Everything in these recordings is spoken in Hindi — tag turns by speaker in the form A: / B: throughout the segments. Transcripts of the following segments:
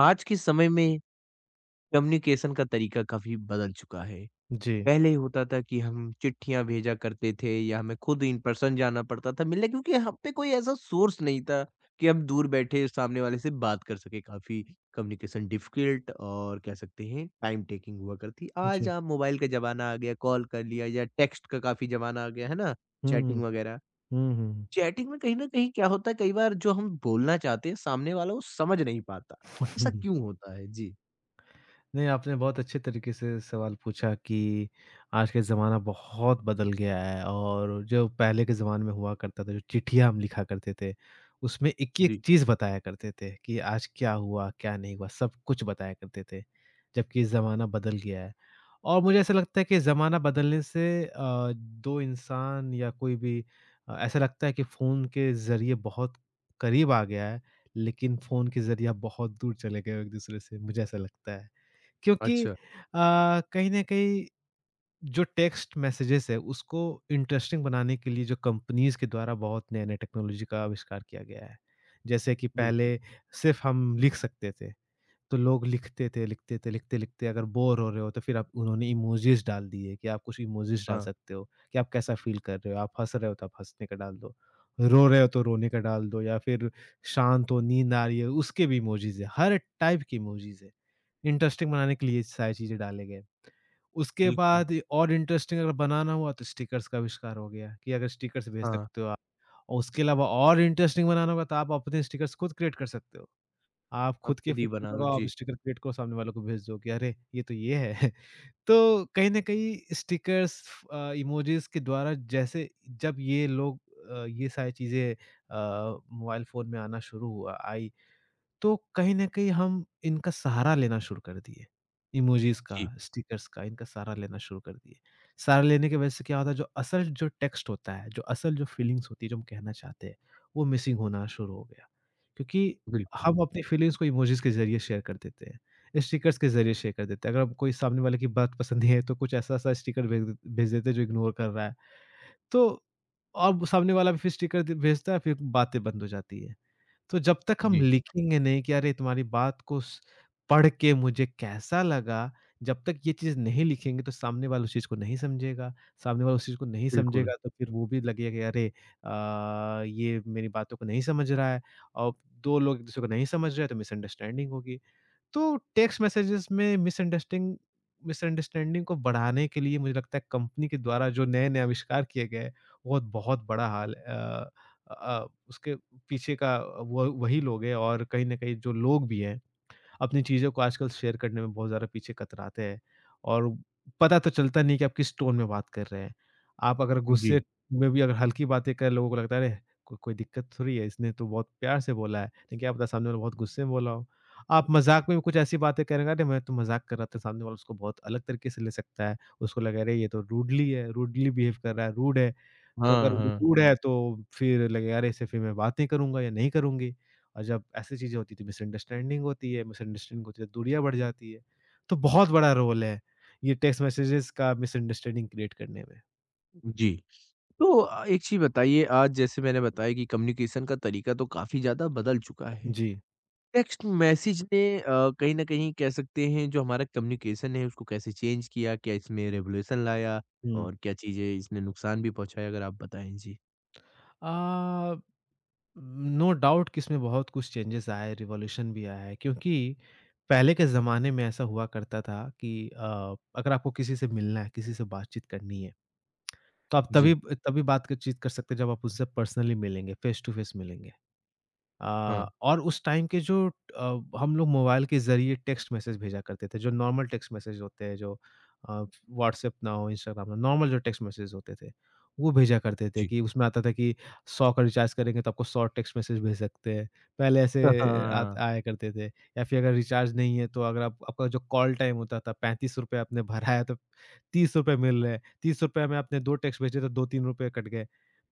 A: आज के समय में कम्युनिकेशन का तरीका काफ़ी बदल चुका है।
B: जी,
A: पहले होता था कि हम चिट्ठियाँ भेजा करते थे या हमें खुद इन पर्सन जाना पड़ता था मिलने क्योंकि हम पे कोई ऐसा सोर्स नहीं था कि हम दूर बैठे सामने वाले से बात कर सकें। काफ़ी कम्युनिकेशन डिफ़िकल्ट और कह सकते हैं टाइम टेकिंग हुआ करती। आज
B: जी।
A: आप मोबाइल का ज़माना आ गया, कॉल कर लिया या टेक्स्ट का काफ़ी ज़माना आ गया, है ना?
B: हुँ, हुँ।
A: चैटिंग वग़ैरह।
B: हुँ, हुँ।
A: चैटिंग में कहीं न कहीं क्या होता है कई बार जो हम बोलना चाहते हैं सामने वाला वो समझ नहीं पाता। तो ऐसा क्यों होता है? जी।
B: नहीं, आपने बहुत अच्छे तरीके से सवाल पूछा कि आज का ज़माना बहुत बदल गया है और जो पहले के ज़माने में हुआ करता था, जो चिट्ठियाँ हम लिखा करते थे, उसमें एक-एक
A: जी।
B: चीज़ बताया करते थे कि आज क्या हुआ, क्या नहीं हुआ, सब कुछ बताया करते थे, जबकि ज़माना बदल गया है। और मुझे ऐसा लगता है कि ज़माना बदलने से 2 इंसान या कोई भी ऐसा लगता है कि फ़ोन के ज़रिए बहुत करीब आ गया है, लेकिन फ़ोन के ज़रिए आप बहुत दूर चले गए हो एक-दूसरे से, मुझे ऐसा लगता है। क्योंकि
A: अच्छा,
B: कहीं न कहीं जो टेक्स्ट मैसेजेस है, उसको इंटरेस्टिंग बनाने के लिए जो कंपनीज़ के द्वारा बहुत नए-नए टेक्नोलॉजी का आविष्कार किया गया है। जैसे कि पहले
A: बिल्कुल।
B: सिर्फ़ हम लिख सकते थे। तो लोग लिखते थे, लिखते-लिखते अगर बोर हो रहे हो तो फिर आप उन्होंने इमोजीज़ डाल दिए कि आप कुछ इमोजीज़ डाल
A: हाँ,
B: सकते हो, कि आप कैसा फ़ील कर रहे हो, आप हँस रहे हो तो आप हँसने का डाल दो, रो रहे हो तो रोने का डाल दो या फिर शांत हो, नींद आ रही है, उसके भी इमोजीज़ है, हर टाइप के इमोजीज़ है। इंटरेस्टिंग बनाने के लिए सारी चीज़ें डाले गए। उसके
A: बिल्कुल।
B: बाद ये और इंटरेस्टिंग अगर बनाना हुआ तो स्टिकर्स का आविष्कार हो गया कि अगर स्टिकर्स भेज
A: हाँ,
B: सकते हो आप। और उसके अलावा और इंटरेस्टिंग बनाना होगा तो आप अपने स्टिकर्स खुद क्रिएट कर सकते हो। आप
A: आप
B: खुद के
A: खुद ही
B: फ़ोन
A: बना
B: में
A: लो।
B: लगाओ, आप
A: जी,
B: स्टिकर क्रिएट करो, सामने वालों को भेज दो कि अरे! ये तो ये है। तो कहीं न कहीं स्टिकर्स इमोजीज़ के द्वारा जैसे जब ये लोग ये सारी चीज़ें मोबाइल फ़ोन में आना शुरू हुआ आई तो कहीं न कहीं हम इनका सहारा लेना शुरू कर दिए। इमोजीज़ का,
A: जी,
B: स्टिकर्स का, इनका सहारा लेना शुरू कर दिए। सहारा लेने की वजह से क्या होता है जो असल जो टेक्स्ट होता है, जो असल जो फीलिंग्स होती है, जो हम कहना चाहते हैं, वो मिसिंग होना शुरू हो गया। क्योंकि
A: बिल्कुल।
B: हम अपनी फीलिंग्स को इमोजीज़ के ज़रिए शेयर कर देते हैं, स्टिकर्स के ज़रिए शेयर कर देते हैं। अगर हम कोई सामने वाले की बात पसंद नहीं है तो कुछ ऐसा-ऐसा स्टिकर भेज देते हैं जो इग्नोर कर रहा है। तो अब सामने वाला भी फिर स्टिकर द भेजता है फिर बातें बंद हो जाती है। तो जब तक हम
A: जी,
B: लिखेंगे नहीं कि अरे तुम्हारी बात को स पढ़ के मुझे कैसा लगा, जब तक ये चीज़ नहीं लिखेंगे तो सामने वाला उस चीज़ को नहीं समझेगा, सामने वाला उस चीज़ को नहीं
A: बिल्कुल।
B: समझेगा तो फिर वो भी लगेगा कि अरे ये मेरी बातों को नहीं समझ रहा है और 2 लोग एक-दूसरे को नहीं समझ रहे हैं तो मिसअंडरस्टैंडिंग होगी। तो टेक्स्ट मैसेजेस में मिसअंडरस्टिंग मिसअंडरस्टैंडिंग को बढ़ाने के लिए मुझे लगता है कंपनी के द्वारा जो नए-नए आविष्कार किए गए, वो बहुत बड़ा हाल उसके पीछे का वो वही लोग हैं और कहीं न कहीं जो लोग भी हैं अपनी चीज़ों को आजकल शेयर करने में बहुत ज़्यादा पीछे कतराते हैं और पता तो चलता नहीं कि आप किस टोन में बात कर रहे हैं। आप अगर
A: जी,
B: गुस्से में भी अगर हल्की बातें करें, लोगों को लगता है अरे! को कोई दिक्कत थोड़ी है, इसने तो बहुत प्यार से बोला है। लेकिन क्या पता सामने वाला बहुत गुस्से में बोला हो। आप मज़ाक में भी कुछ ऐसी बातें करेंगे, अरे! मैं तो मज़ाक कर रहा था, सामने वाला उसको बहुत अलग तरीके से ले सकता है। उसको लगेगा अरे! ये तो रूडली बिहेव कर रहा है, रूड है। तो अगर
A: हाँ,
B: वो
A: हाँ।
B: रूड है तो फिर लगेगा अरे इससे फिर मैं बात नहीं करूँगा या नहीं करूँगी। और जब ऐसी चीज़ें होती हैं तो मिसअंडरस्टैंडिंग होती है तो दूरियाँ बढ़ जाती है। तो बहुत बड़ा रोल है ये टेक्स्ट मैसेजेज़ का मिसअंडरस्टैंडिंग क्रिएट करने में।
A: जी, तो एक चीज़ बताइए आज जैसे मैंने बताया कि कम्युनिकेशन का तरीका तो काफ़ी ज़्यादा बदल चुका है।
B: जी,
A: टेक्स्ट मैसेज ने कहीं न कहीं कह सकते हैं जो हमारा कम्युनिकेशन है उसको कैसे चेंज किया? क्या इसमें रेवोल्यूशन लाया?
B: हुँ।
A: और क्या चीज़ें इसने नुकसान भी पहुँचाया? अगर आप बताएं। जी।
B: अ, नो डाउट कि इसमें बहुत कुछ चेंजेज़ आए, रिवॉल्यूशन भी आया है क्योंकि पहले के ज़माने में ऐसा हुआ करता था कि अगर आपको किसी से मिलना है, किसी से बातचीत करनी है तो आप तभी
A: जी,
B: तभी बातचीत कर सकते हैं जब आप उससे पर्सनली मिलेंगे, फेस टू फेस मिलेंगे।
A: हाँ,
B: और उस टाइम के जो हम लोग मोबाइल के ज़रिए टेक्स्ट मैसेज भेजा करते थे, जो नॉर्मल टेक्स्ट मैसेज होते हैं, जो अ, व्हाट्सएप ना हो, इंस्टाग्राम ना हो, नॉर्मल जो टेक्स्ट मैसेज होते थे, वो भेजा करते थे
A: जी।
B: कि उसमें आता था कि 100 का रिचार्ज करेंगे तो आपको 100 टेक्स्ट मैसेज भेज सकते हैं। पहले ऐसे
A: हाँ,
B: आत आया करते थे या फिर अगर रिचार्ज नहीं है, तो अगर आप आपका जो कॉल टाइम होता था, ₹35 आपने भराया तो ₹30 मिल रहे हैं। ₹30 में आपने 2 टेक्स्ट भेजे तो ₹2-3 कट गए।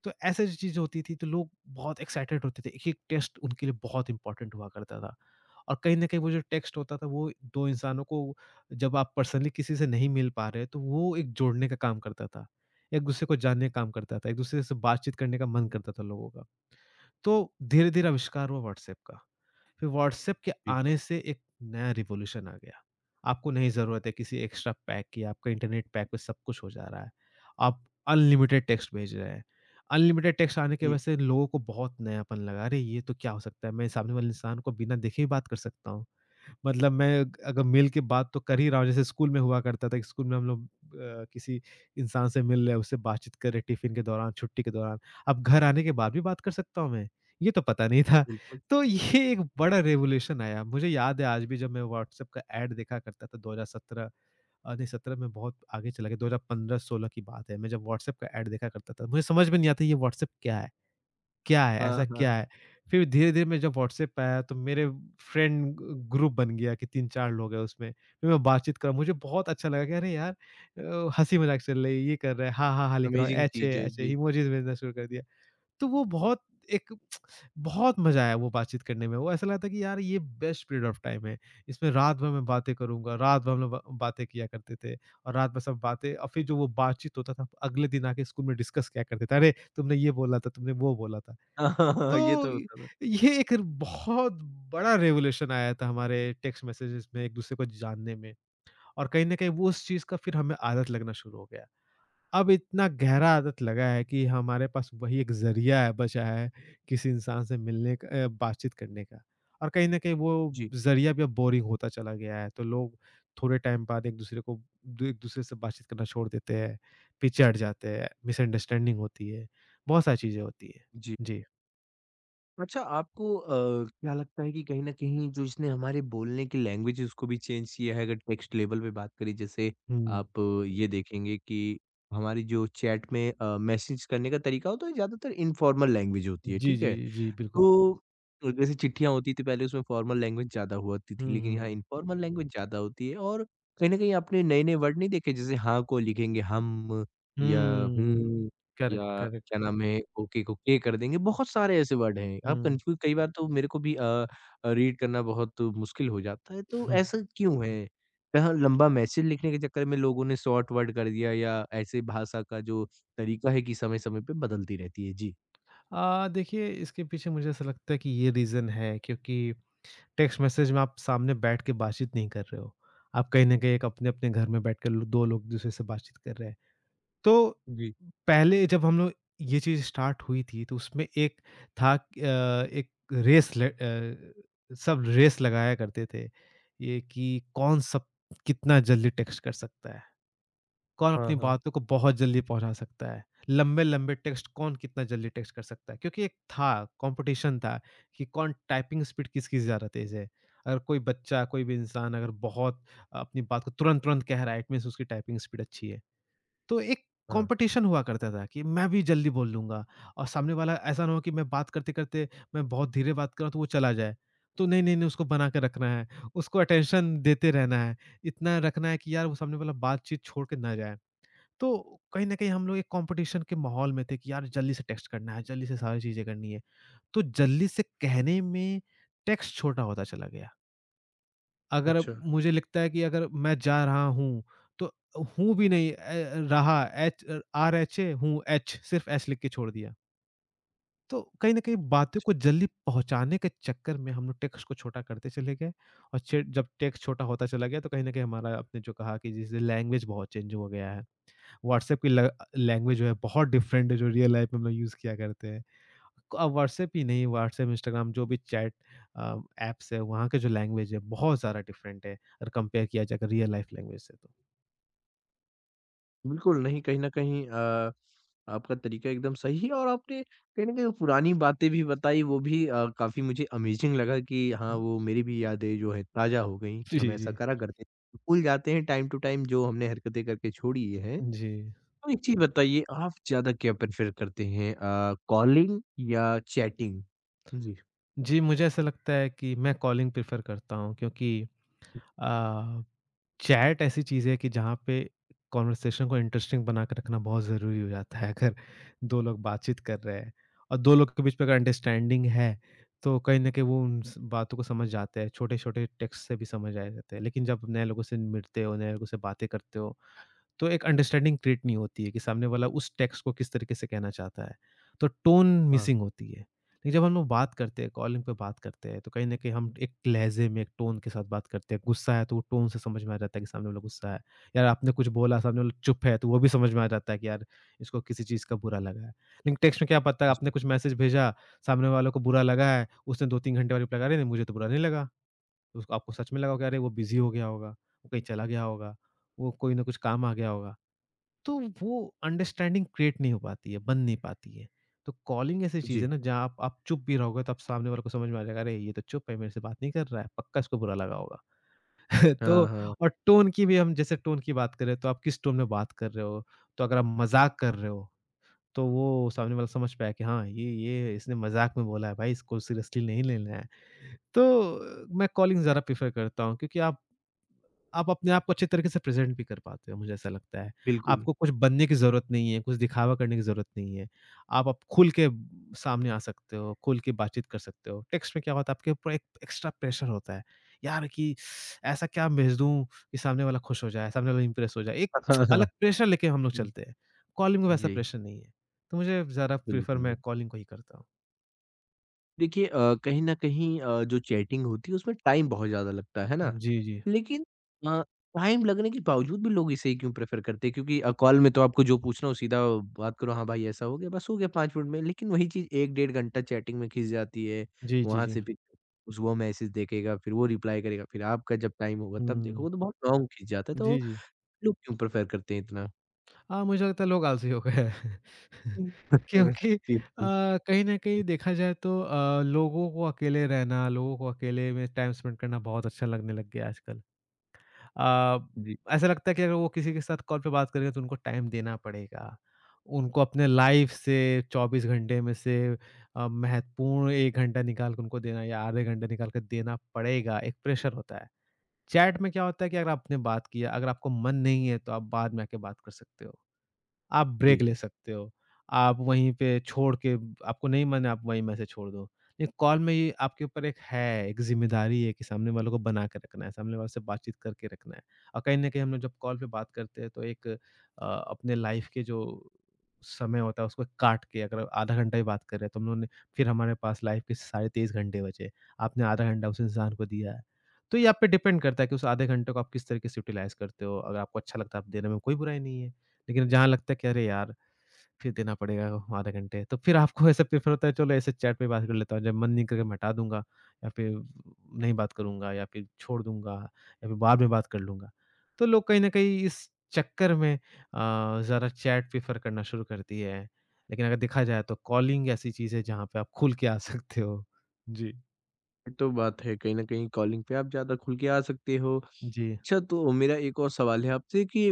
B: तो ऐसे जो चीज़ होती थी तो लोग बहुत एक्साइटेड होते थे। एक-एक टेस्ट उनके लिए बहुत इम्पोर्टेंट हुआ करता था। और कहीं न कहीं वो जो टेक्स्ट होता था वो 2 इंसानों को जब आप पर्सनली किसी से नहीं मिल पा रहे तो वो एक जोड़ने का काम करता था। एक-दूसरे को जानने का काम करता था। एक-दूसरे से बातचीत करने का मन करता था लोगों का। तो धीरे-धीरे आविष्कार हुआ व्हाट्सएप का। फिर व्हाट्सएप के
A: जी,
B: आने से एक नया रिवॉल्यूशन आ गया। आपको नहीं ज़रूरत है किसी एक्स्ट्रा पैक की, आपका इंटरनेट पैक पे सब कुछ हो जा रहा है। आप अनलिमिटेड टेक्स्ट भेज रहे हैं। अनलिमिटेड टेक्स्ट आने की वजह
A: जी,
B: से लोगों को बहुत नयापन लगा, अरे! ये तो क्या हो सकता है? मैं सामने वाले इंसान को बिना देखे ही बात कर सकता हूँ। मतलब मैं अग अगर मिल के बात तो कर ही रहा हूँ, जैसे स्कूल में हुआ करता था कि स्कूल में हम लोग किसी इंसान से मिल रहे हैं, उससे बातचीत कर रहे टिफ़िन के दौरान, छुट्टी के दौरान। अब घर आने के बाद भी बात कर सकता हूँ मैं, ये तो पता नहीं था।
A: बिल्कुल।
B: तो ये एक बड़ा रेवोल्यूशन आया। मुझे याद है आज भी जब मैं व्हाट्सएप का ऐड देखा करता था 2017 नहीं, 17 में बहुत आगे चला गया, 2015-16 की बात है। मैं जब व्हाट्सएप का ऐड देखा करता था, मुझे समझ में नहीं आता ये व्हाट्सएप क्या है? क्या है?
A: हाँ,
B: ऐसा
A: हाँ।
B: क्या
A: हाँ।
B: है? फिर धीरे-धीरे मैं जब व्हाट्सएप आया तो मेरे फ्रेंड ग ग्रुप बन गया कि 3-4 लोग हैं उसमें। फिर मैं बातचीत करा मुझे बहुत अच्छा लगा कि अरे यार हँसी-मज़ाक चल रही है, ये कर रहा है, हाँ, हाँ, हाँ लिख रहा हूँ,
A: अमेज़िंग
B: ऐसे,
A: चीज़ है,
B: ऐसे
A: जी।
B: इमोजीज़ भेजना शुरू कर दिया। तो वो बहुत एक बहुत मज़ा आया वो बातचीत करने में। वो ऐसा लगा था कि यार ये बेस्ट पीरियड ऑफ टाइम है। इसमें रात भर मैं बातें करूँगा, रात भर हम लोग ब बातें किया करते थे और रात भर सब बातें और फिर जो वो बातचीत होता था, अगले दिन आके स्कूल में डिस्कस किया करते थे। अरे! तुमने ये बोला था, तुमने वो बोला था।
A: हाँ हाँ हाँ ये
B: तो
A: तो
B: य
A: होता था।
B: ये एक बहुत बड़ा रेवोल्यूशन आया था हमारे टेक्स्ट मैसेजेस में एक-दूसरे को जानने में और कहीं न कहीं वो उस चीज़ का फिर हमें आदत लगना शुरू हो गया। अब इतना गहरा आदत लगा है कि हमारे पास वही एक ज़रिया है बचा है किसी इंसान से मिलने बातचीत करने का और कहीं न कहीं वो
A: जी,
B: ज़रिया भी अब बोरिंग होता चला गया है। तो लोग थोड़े टाइम बाद एक-दूसरे को द एक-दूसरे से बातचीत करना छोड़ देते हैं, पीछे हट जाते हैं, मिसअंडरस्टैंडिंग होती है, बहुत सारी चीज़ें होती हैं।
A: जी।
B: जी।
A: अच्छा आपको क्या लगता है कि कहीं न कहीं जो इसने हमारे बोलने की लैंग्वेज है उसको भी चेंज किया है अगर टेक्स्ट लेवल पे बात करें जैसे
B: हुँ।
A: आप ये देखेंगे कि हमारी जो चैट में मैसेज करने का तरीका होता है ज़्यादातर इनफॉर्मल लैंग्वेज होती है,
B: जी,
A: ठीक
B: जी,
A: है?
B: जी, बिल्कुल।
A: तो जैसे चिट्ठियाँ होती थी पहले उसमें फॉर्मल लैंग्वेज ज़्यादा हुआ करती थी
B: हुँ,
A: लेकिन
B: हुँ,
A: यहाँ
B: हुँ।
A: इन्फॉर्मल लैंग्वेज ज़्यादा होती है और कहीं न कहीं आपने नए-नए वर्ड नहीं देखे जैसे हाँ को लिखेंगे हम या
B: हुँ।
A: हूँ
B: करेक्ट,
A: या
B: करेक्ट।
A: क्या नाम है ओके को के कर देंगे। बहुत सारे ऐसे वर्ड हैं। आप
B: हुँ।
A: कन्फ्यूज़ कई बार तो मेरे को भी रीड करना बहुत मुश्किल हो जाता है। तो ऐसा क्यों है? यहाँ लंबा मैसेज लिखने के चक्कर में लोगों ने शॉर्ट वर्ड कर दिया या ऐसे भाषा का जो तरीका है कि समय-समय पे बदलती रहती है? जी।
B: देखिए इसके पीछे मुझे ऐसा लगता है कि ये रीज़न है क्योंकि टेक्स्ट मैसेज में आप सामने बैठ के बातचीत नहीं कर रहे हो। आप कहीं न कहीं एक अपने-अपने घर में बैठ के लो 2 लोग दूसरे से बातचीत कर रहे हैं। तो
A: जी।
B: पहले जब हम लोग ये चीज़ स्टार्ट हुई थी तो उसमें एक था कि, एक रेस ले अ, सब रेस लगाया करते थे, ये कि कौन सब कितना जल्दी टेक्स्ट कर सकता है। कौन
A: हाँ,
B: अपनी
A: हाँ।
B: बातों को बहुत जल्दी पहुँचा सकता है, लंबे-लंबे टेक्स्ट कौन कितना जल्दी टेक्स्ट कर सकता है। क्योंकि एक था कॉम्पिटिशन था कि कौन टाइपिंग स्पीड किसकी ज़्यादा तेज़ है। अगर कोई बच्चा, कोई भी इंसान अगर बहुत अपनी बात को तुरंत-तुरंत कह रहा है, इट मीन्स उसकी टाइपिंग स्पीड अच्छी है। तो एक
A: हाँ।
B: कॉम्पिटिशन हुआ करता था कि मैं भी जल्दी बोल लूँगा और सामने वाला ऐसा ना हो कि मैं बात करते-करते मैं बहुत धीरे बात कर रहा हूँ तो वो चला जाए। तो नहीं, नहीं, नहीं उसको बना के रखना है, उसको अटेंशन देते रहना है, इतना रखना है कि यार वो सामने वाला बातचीत छोड़ के ना जाए। तो कहीं न कहीं हम लोग एक कॉम्पिटिशन के माहौल में थे कि यार जल्दी से टेक्स्ट करना है, जल्दी से सारी चीज़ें करनी है। तो जल्दी से कहने में टेक्स्ट छोटा होता चला गया। अगर
A: अच्छा,
B: अब मुझे लगता है कि अगर मैं जा रहा हूँ, तो हूँ भी नहीं ए, रहा एच आर-एच-ए हूँ, एच सिर्फ़ एच लिख के छोड़ दिया। तो कहीं न कहीं बातों को जल्दी पहुँचाने के चक्कर में हम लोग टेक्स्ट को छोटा करते चले गए और चे जब टेक्स्ट छोटा होता चला गया तो कहीं न कहीं हमारा आपने जो कहा कि जैसे लैंग्वेज बहुत चेंज हो गया है। व्हाट्सएप की ल लैंग्वेज जो है बहुत डिफरेंट है जो रियल लाइफ में हम लोग यूज़ किया करते हैं। अब व्हाट्सएप ही नहीं व्हाट्सएप, इंस्टाग्राम जो भी चैट अ, ऐप्स है वहाँ के जो लैंग्वेज है बहुत ज़्यादा डिफरेंट है अगर कंपेयर किया जाए अगर रियल लाइफ लैंग्वेज से तो।
A: बिल्कुल नहीं, कहीं न कहीं आपका तरीका एकदम सही है और आपने कहीं न कहीं वो पुरानी बातें भी बताई, वो भी काफ़ी मुझे अमेज़िंग लगा कि हाँ,
B: हुँ।
A: वो मेरी भी यादें जो हैं ताज़ा हो गई,
B: जी,
A: हम ऐसा
B: जी।
A: करा करते थे। भूल जाते हैं टाइम टू टाइम जो हमने हरकतें करके छोड़ी हैं।
B: जी।
A: तो एक चीज़ बताइए, आप ज़्यादा क्या प्रेफ़र करते हैं कॉलिंग या चैटिंग? जी।
B: जी, मुझे ऐसा लगता है कि मैं कॉलिंग प्रेफ़र करता हूँ क्योंकि अ, चैट ऐसी चीज़ है कि जहाँ पे कन्वर्सेशन को इंटरेस्टिंग बना के रखना बहुत ज़रूरी हो जाता है। अगर 2 लोग बातचीत कर रहे हैं और 2 लोग के बीच में अगर अंडरस्टैंडिंग है, तो कहीं न कहीं वो उन स बातों को समझ जाते हैं, छोटे-छोटे टेक्स्ट से भी समझ आ जाते हैं। लेकिन जब नए लोगों से मिलते हो, नए लोगों से बातें करते हो तो एक अंडरस्टैंडिंग क्रिएट नहीं होती है कि सामने वाला उस टेक्स्ट को किस तरीके से कहना चाहता है। तो टोन
A: हाँ,
B: मिसिंग होती है। लेकिन जब हम लोग बात करते हैं, कॉलिंग पे बात करते हैं, तो कहीं न कहीं हम एक लहज़े में, एक टोन के साथ बात करते हैं। गुस्सा है तो वो टोन से समझ में आ जाता है कि सामने वाला गुस्सा है। यार आपने कुछ बोला, सामने वाला चुप है, तो वो भी समझ में आ जाता है कि यार इसको किसी चीज़ का बुरा लगा है। लेकिन टेक्स्ट में क्या पता है आपने
A: जी,
B: कुछ मैसेज भेजा, सामने वाले को बुरा लगा है, उसने 2-3 घंटे बाद रिप्लाई करा, "अरे! मुझे तो बुरा नहीं लगा।" तो उसको आपको सच में लगा होगा कि अरे वो बिज़ी हो गया होगा, वो कहीं चला गया होगा, वो कोई ना कुछ काम आ गया होगा। तो वो अंडरस्टैंडिंग क्रिएट नहीं हो पाती है, बन नहीं पाती है। तो कॉलिंग ऐसी चीज़
A: जी।
B: है ना जहाँ आप चुप भी रहोगे तो आप सामने वाले को समझ में आ जाएगा, अरे! ये तो चुप है, मेरे से बात नहीं कर रहा है, पक्का इसको बुरा लगा होगा।
A: हाँ,
B: तो
A: हाँ,
B: और टोन की भी हम जैसे टोन की बात करें तो आप किस टोन में बात कर रहे हो? तो अगर आप मज़ाक कर रहे हो, तो वो सामने वाला समझ पाया कि हाँ, ये इसने मज़ाक में बोला है भाई, इसको सीरियसली नहीं लेना है। तो मैं कॉलिंग ज़्यादा प्रेफ़र करता हूँ क्योंकि आप अपने आप को अच्छे तरीके से प्रेज़ेंट भी कर पाते हो, मुझे ऐसा लगता है।
A: बिल्कुल।
B: आपको कुछ बनने की ज़रूरत नहीं है, कुछ दिखावा करने की ज़रूरत नहीं है। आप अब खुल के सामने आ सकते हो, खुल के बातचीत कर सकते हो। टेक्स्ट में क्या होता है आपके ऊपर एक एक्स्ट्रा प्रेशर होता है। यार कि ऐसा क्या भेज दूँ कि सामने वाला खुश हो जाए, सामने वाला इम्प्रेस हो जाए। एक
A: हाँ, हाँ।
B: अलग प्रेशर लेके हम लोग
A: हुँ,
B: चलते हैं। कॉलिंग में वैसा
A: जी,
B: प्रेशर नहीं है। तो मुझे ज़्यादा प्रेफ़र
A: बिल्कुल।
B: मैं कॉलिंग को ही करता हूँ।
A: देखिए कहीं न कहीं जो चैटिंग होती है उसमें टाइम बहुत ज़्यादा लगता है ना?
B: जी, जी।
A: लेकिन अ, टाइम लगने के बावजूद भी लोग इसे ही क्यों प्रेफ़र करते हैं? क्योंकि कॉल में तो आपको जो पूछना हो सीधा बात करो, हाँ भाई ऐसा हो गया, बस हो गया 5 मिनट में। लेकिन वही चीज़ 1 डेढ़ घंटा चैटिंग में खिंच जाती है।
B: जी, जी,
A: वहाँ
B: जी।
A: से फिर उस वो मैसेज देखेगा, फिर वो रिप्लाई करेगा, फिर आपका जब टाइम होगा तब
B: हुँ।
A: देखोगे तो बहुत लॉन्ग खिंच जाता है। तो
B: जी, जी।
A: लोग क्यों प्रेफ़र करते हैं इतना?
B: हाँ, मुझे लगता है लोग आलसी हो गए हैं। क्योंकि
A: जी,
B: कहीं न कहीं देखा जाए तो लोगों को अकेले रहना, लोगों को अकेले में टाइम स्पेंड करना बहुत अच्छा लगने लग गया है आजकल।
A: जी,
B: अ, ऐसा लगता है कि अगर वो किसी के साथ कॉल पे बात करेंगे तो उनको टाइम देना पड़ेगा। उनको अपने लाइफ़ से 24 घंटे में से महत्वपूर्ण 1 घंटा निकाल के उनको देना या आधे घंटे निकाल के देना पड़ेगा, एक प्रेशर होता है। चैट में क्या होता है कि अगर आपने बात किया, अगर आपको मन नहीं है तो आप बाद में आके बात कर सकते हो। आप ब्रेक
A: जी।
B: ले सकते हो। आप वहीं पे छोड़ के आपको नहीं मन है आप वहीं मैसेज छोड़ दो। ये कॉल में ये आपके ऊपर एक ज़िम्मेदारी है कि सामने वालों को बना के रखना है, सामने वालों से बातचीत करके रखना है। और कहीं न कहीं हम लोग जब कॉल पे बात करते हैं तो अपने लाइफ़ के जो समय होता है उसको काट के अगर आधा घंटा ही बात कर रहे हैं तो हम लोगों ने फिर हमारे पास लाइफ़ के साढ़े 23 घंटे बचे। आपने आधा घंटा उस इंसान को दिया है। तो ये आप पे डिपेंड करता है कि उस आधे घंटे को आप किस तरीके से यूटिलाइज़ करते हो। अगर आपको अच्छा लगता है आप देने में कोई बुराई नहीं है। लेकिन जहाँ लगता है कि अरे यार! फिर देना पड़ेगा आधे घंटे, तो फिर आपको ऐसा प्रेफ़र होता है चलो ऐसे चैट पे बात कर लेता हूँ, जब मन नहीं करे मैं हटा दूँगा या फिर नहीं बात करूँगा या फिर छोड़ दूँगा या फिर बाद में बात कर लूँगा। तो लोग कहीं न कहीं इस चक्कर में ज़्यादा चैट प्रेफ़र करना शुरू कर दिए हैं। लेकिन अगर देखा जाए तो कॉलिंग ऐसी चीज़ है जहाँ पे आप खुल के आ सकते हो। जी।
A: ये तो बात है, कहीं न कहीं कॉलिंग पे आप ज़्यादा खुल के आ सकते हो।
B: जी।
A: अच्छा तो मेरा एक और सवाल है आपसे कि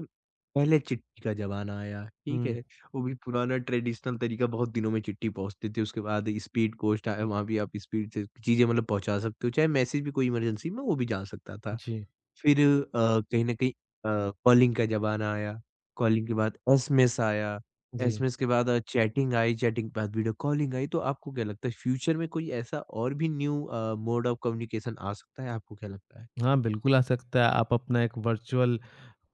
A: पहले चिट्ठी का ज़माना आया, ठीक
B: हुँ।
A: है? वो भी पुराना ट्रेडिशनल तरीका बहुत दिनों में चिट्ठी पहुँचती थी, उसके बाद स्पीड पोस्ट आया, वहाँ भी आप स्पीड से चीज़ें मतलब पहुँचा सकते हो, चाहे मैसेज भी कोई इमरजेंसी में वो भी जा सकता था।
B: जी,
A: फिर कहीं न कहीं कॉलिंग का ज़माना आया, कॉलिंग के बाद एसएमएस आया,
B: जी।
A: एसएमएस के बाद चैटिंग आई, चैटिंग के बाद वीडियो कॉलिंग आई। तो आपको क्या लगता है फ्यूचर में कोई ऐसा और भी न्यू मोड ऑफ कम्युनिकेशन आ सकता है? आपको क्या लगता है?
B: हाँ, बिल्कुल आ सकता है। आप अपना एक वर्चुअल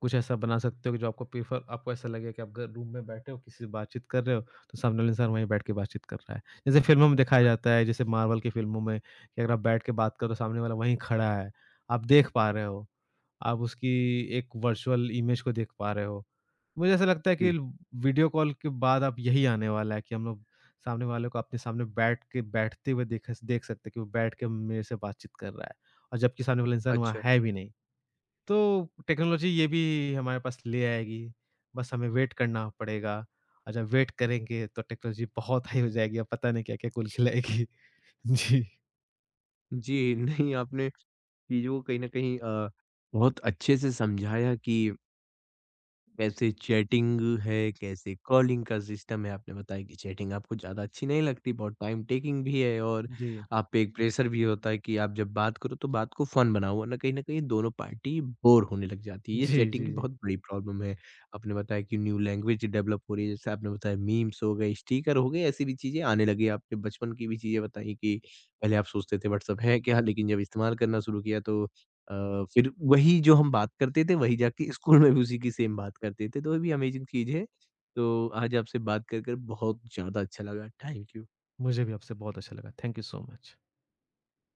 B: कुछ ऐसा बना सकते हो कि जो आपको प्रेफर आपको ऐसा लगे कि आप ग रूम में बैठे हो, किसी से बातचीत कर रहे हो, तो सामने वाला इंसान वहीं बैठ के बातचीत कर रहा है। जैसे फ़िल्मों में दिखाया जाता है, जैसे मार्वल की फ़िल्मों में कि अगर आप बैठ के बात करो, तो सामने वाला वहीं खड़ा है। आप देख पा रहे हो, आप उसकी एक वर्चुअल इमेज को देख पा रहे हो। मुझे ऐसा लगता है कि
A: जी,
B: वीडियो कॉल के बाद अब यही आने वाला है कि हम लोग सामने वाले को अपने सामने बैठ के बैठते हुए देख देख सकते हैं कि वो बैठ के मेरे से बातचीत कर रहा है। और जबकि सामने वाला इंसान वहाँ
A: अच्छा।
B: है भी नहीं। तो टेक्नोलॉज़ी ये भी हमारे पास ले आएगी, बस हमें वेट करना पड़ेगा और जब वेट करेंगे तो टेक्नोलॉज़ी बहुत हाई हो जाएगी और पता नहीं क्या-क्या कुल खिलाएगी। जी।
A: जी, नहीं आपने चीज़ों को कहीं न कहीं बहुत अच्छे से समझाया कि कैसे चैटिंग है, कैसे कॉलिंग का सिस्टम है। आपने बताया कि चैटिंग आपको ज़्यादा अच्छी नहीं लगती, बहुत टाइम टेकिंग भी है और
B: जी।
A: आप पे एक प्रेशर भी होता है कि आप जब बात करो तो बात को फ़न बनाओ, वरना कहीं न कहीं दोनों पार्टी बोर होने लग जाती है। ये
B: जी,
A: चैटिंग की
B: जी, जी।
A: बहुत बड़ी प्रॉब्लम है। आपने बताया कि न्यू लैंग्वेज डेवलप हो रही है, जैसे आपने बताया मीम्स हो गए, स्टिकर हो गए, ऐसी भी चीज़ें आने लगी हैं। आपने बचपन की भी चीज़ें बताई कि पहले आप सोचते थे व्हाट्सएप है क्या? लेकिन जब इस्तेमाल करना शुरू किया तो फिर वही जो हम बात करते थे, वही जाके स्कूल में भी उसी की सेम बात करते थे, तो ये भी अमेज़िंग चीज़ है। तो आज आपसे बात कर बहुत ज़्यादा अच्छा लगा। Thank you.
B: मुझे भी आपसे बहुत अच्छा लगा। Thank you so much.